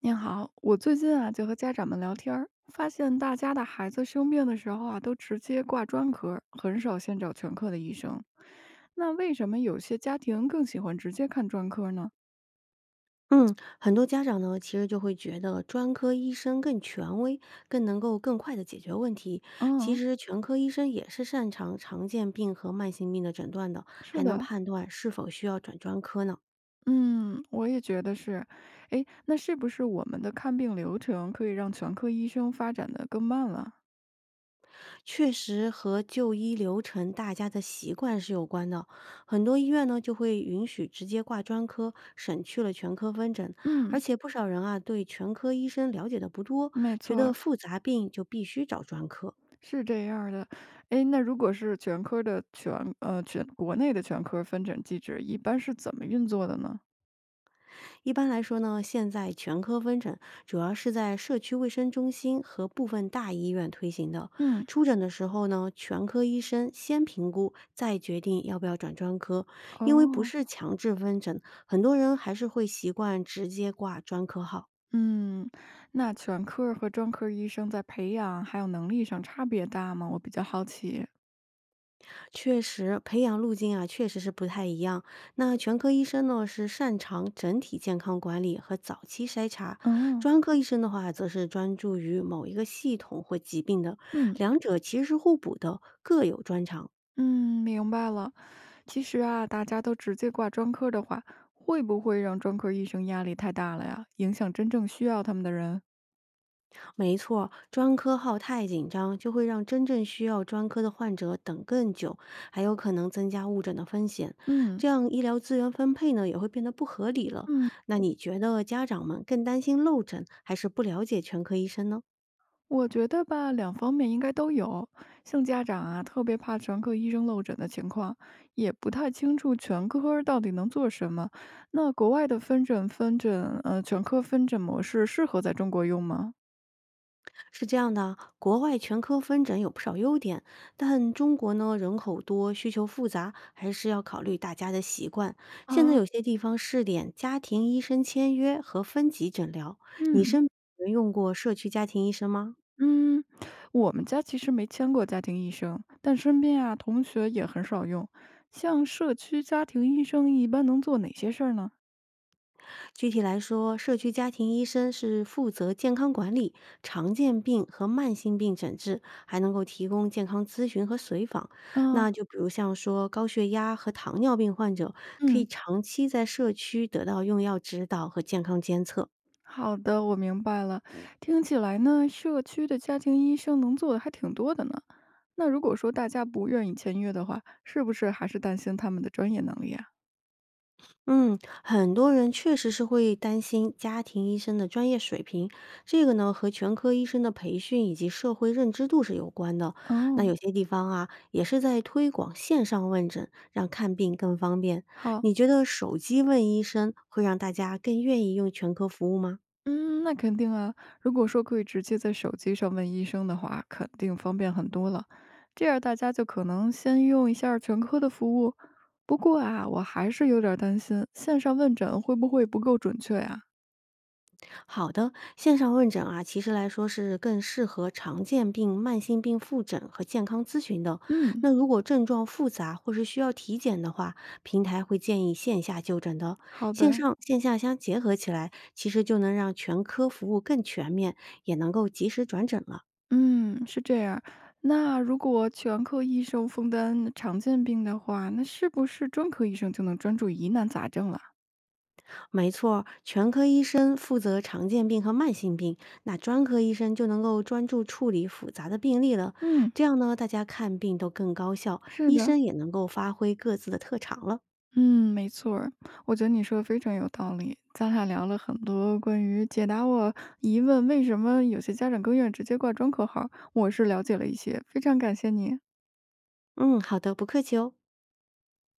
您好，我最近啊就和家长们聊天儿，发现大家的孩子生病的时候啊，都直接挂专科儿，很少先找全科的医生。那为什么有些家庭更喜欢直接看专科儿呢？嗯，很多家长呢，其实就会觉得专科医生更权威，更能够更快的解决问题。其嗯，实全科医生也是擅长常见病和慢性病的诊断的，是还能的，判断是否需要转专科呢。嗯，我也觉得是。诶，那是不是我们的看病流程可以让全科医生发展的更慢了？确实和就医流程、大家的习惯是有关的。很多医院呢就会允许直接挂专科，省去了全科分诊。而嗯，且不少人啊对全科医生了解的不多，没觉错得儿，复杂病就必须找专科。是这样儿的。诶，那如果是全国内的全科儿分诊机制，一般是怎么运作的呢？一般来说呢，现在全科分诊主要是在社区卫生中心和部分大医院推行的。嗯。出诊的时候呢，全科医生先评估，再决定要不要转专科。因为不哦。是强制分诊，很多人还是会习惯直接挂专科号。嗯，那全科儿和专科儿医生在培养还有能力上差别大吗？我比较好奇。确实，培养路径啊，确实是不太一样。那全科医生呢，是擅长整体健康管理和早期筛查；嗯专科医生的话，则是专注于某一个系统或疾病的。嗯。两者其实是互补的，各有专长。嗯，明白了。其实啊，大家都直接挂专科的话，会不会让专科医生压力太大了呀？影响真正需要他们的人？没错，专科号太紧张，就会让真正需要专科的患者等更久，还有可能增加误诊的风险。嗯。这样医疗资源分配呢，也会变得不合理了。嗯。那你觉得家长们更担心漏诊，还是不了解全科医生呢？我觉得吧，两方面应该都有。像家长啊，特别怕全科医生漏诊的情况，也不太清楚全科儿到底能做什么。那国外的分诊分诊，呃，全科分诊模式适合在中国用吗？是这样的，国外全科分诊有不少优点，但中国呢人口多，需求复杂，还是要考虑大家的习惯。现在有啊，些地方试点家庭医生签约和分级诊疗，你嗯身边有人用过社区家庭医生吗？嗯，我们家其实没签过家庭医生，但身边啊同学也很少用。像社区家庭医生一般能做哪些事儿呢？具体来说，社区家庭医生是负责健康管理、常见病和慢性病诊治，还能够提供健康咨询和随访。那啊就比如像说高血压和糖尿病患者，可嗯。以长期在社区得到用药指导和健康监测。好的，我明白了。嗯，听起来呢，社区的家庭医生能做的还挺多的呢。那如果说大家不愿意签约的话，是不是还是担心他们的专业能力啊？嗯，很多人确实是会担心家庭医生的专业水平，这个呢和全科医生的培训以及社会认知度是有关的。那哦，有些地方啊，也是在推广线上问诊，让看病更方便。好，你觉得手机问医生会让大家更愿意用全科服务吗？嗯，那肯定啊。如果说可以直接在手机上问医生的话，肯定方便很多了。这样大家就可能先用一下儿全科的服务。不过啊，我还是有点儿担心线上问诊会不会不够准确呀、好的，线上问诊啊，其实来说是更适合常见病、慢性病复诊和健康咨询的。嗯，那如果症状复杂或是需要体检的话，平台会建议线下就诊的。好线的。上线下相结合起来，其实就能让全科服务更全面，也能够及时转诊了。嗯，是这样。那如果全科医生分担常见病的话，那是不是专科医生就能专注疑难杂症了？没错，全科医生负责常见病和慢性病，那专科医生就能够专注处理复杂的病例了。嗯，这样呢，大家看病都更高效，是医的，生也能够发挥各自的特长了。嗯，没错儿，我觉得你说的非常有道理。咱俩聊了很多，关于解答我疑问，为什么有些家长更愿意直接挂专科号儿，我是了解了一些，非常感谢你。嗯，好的，不客气哦。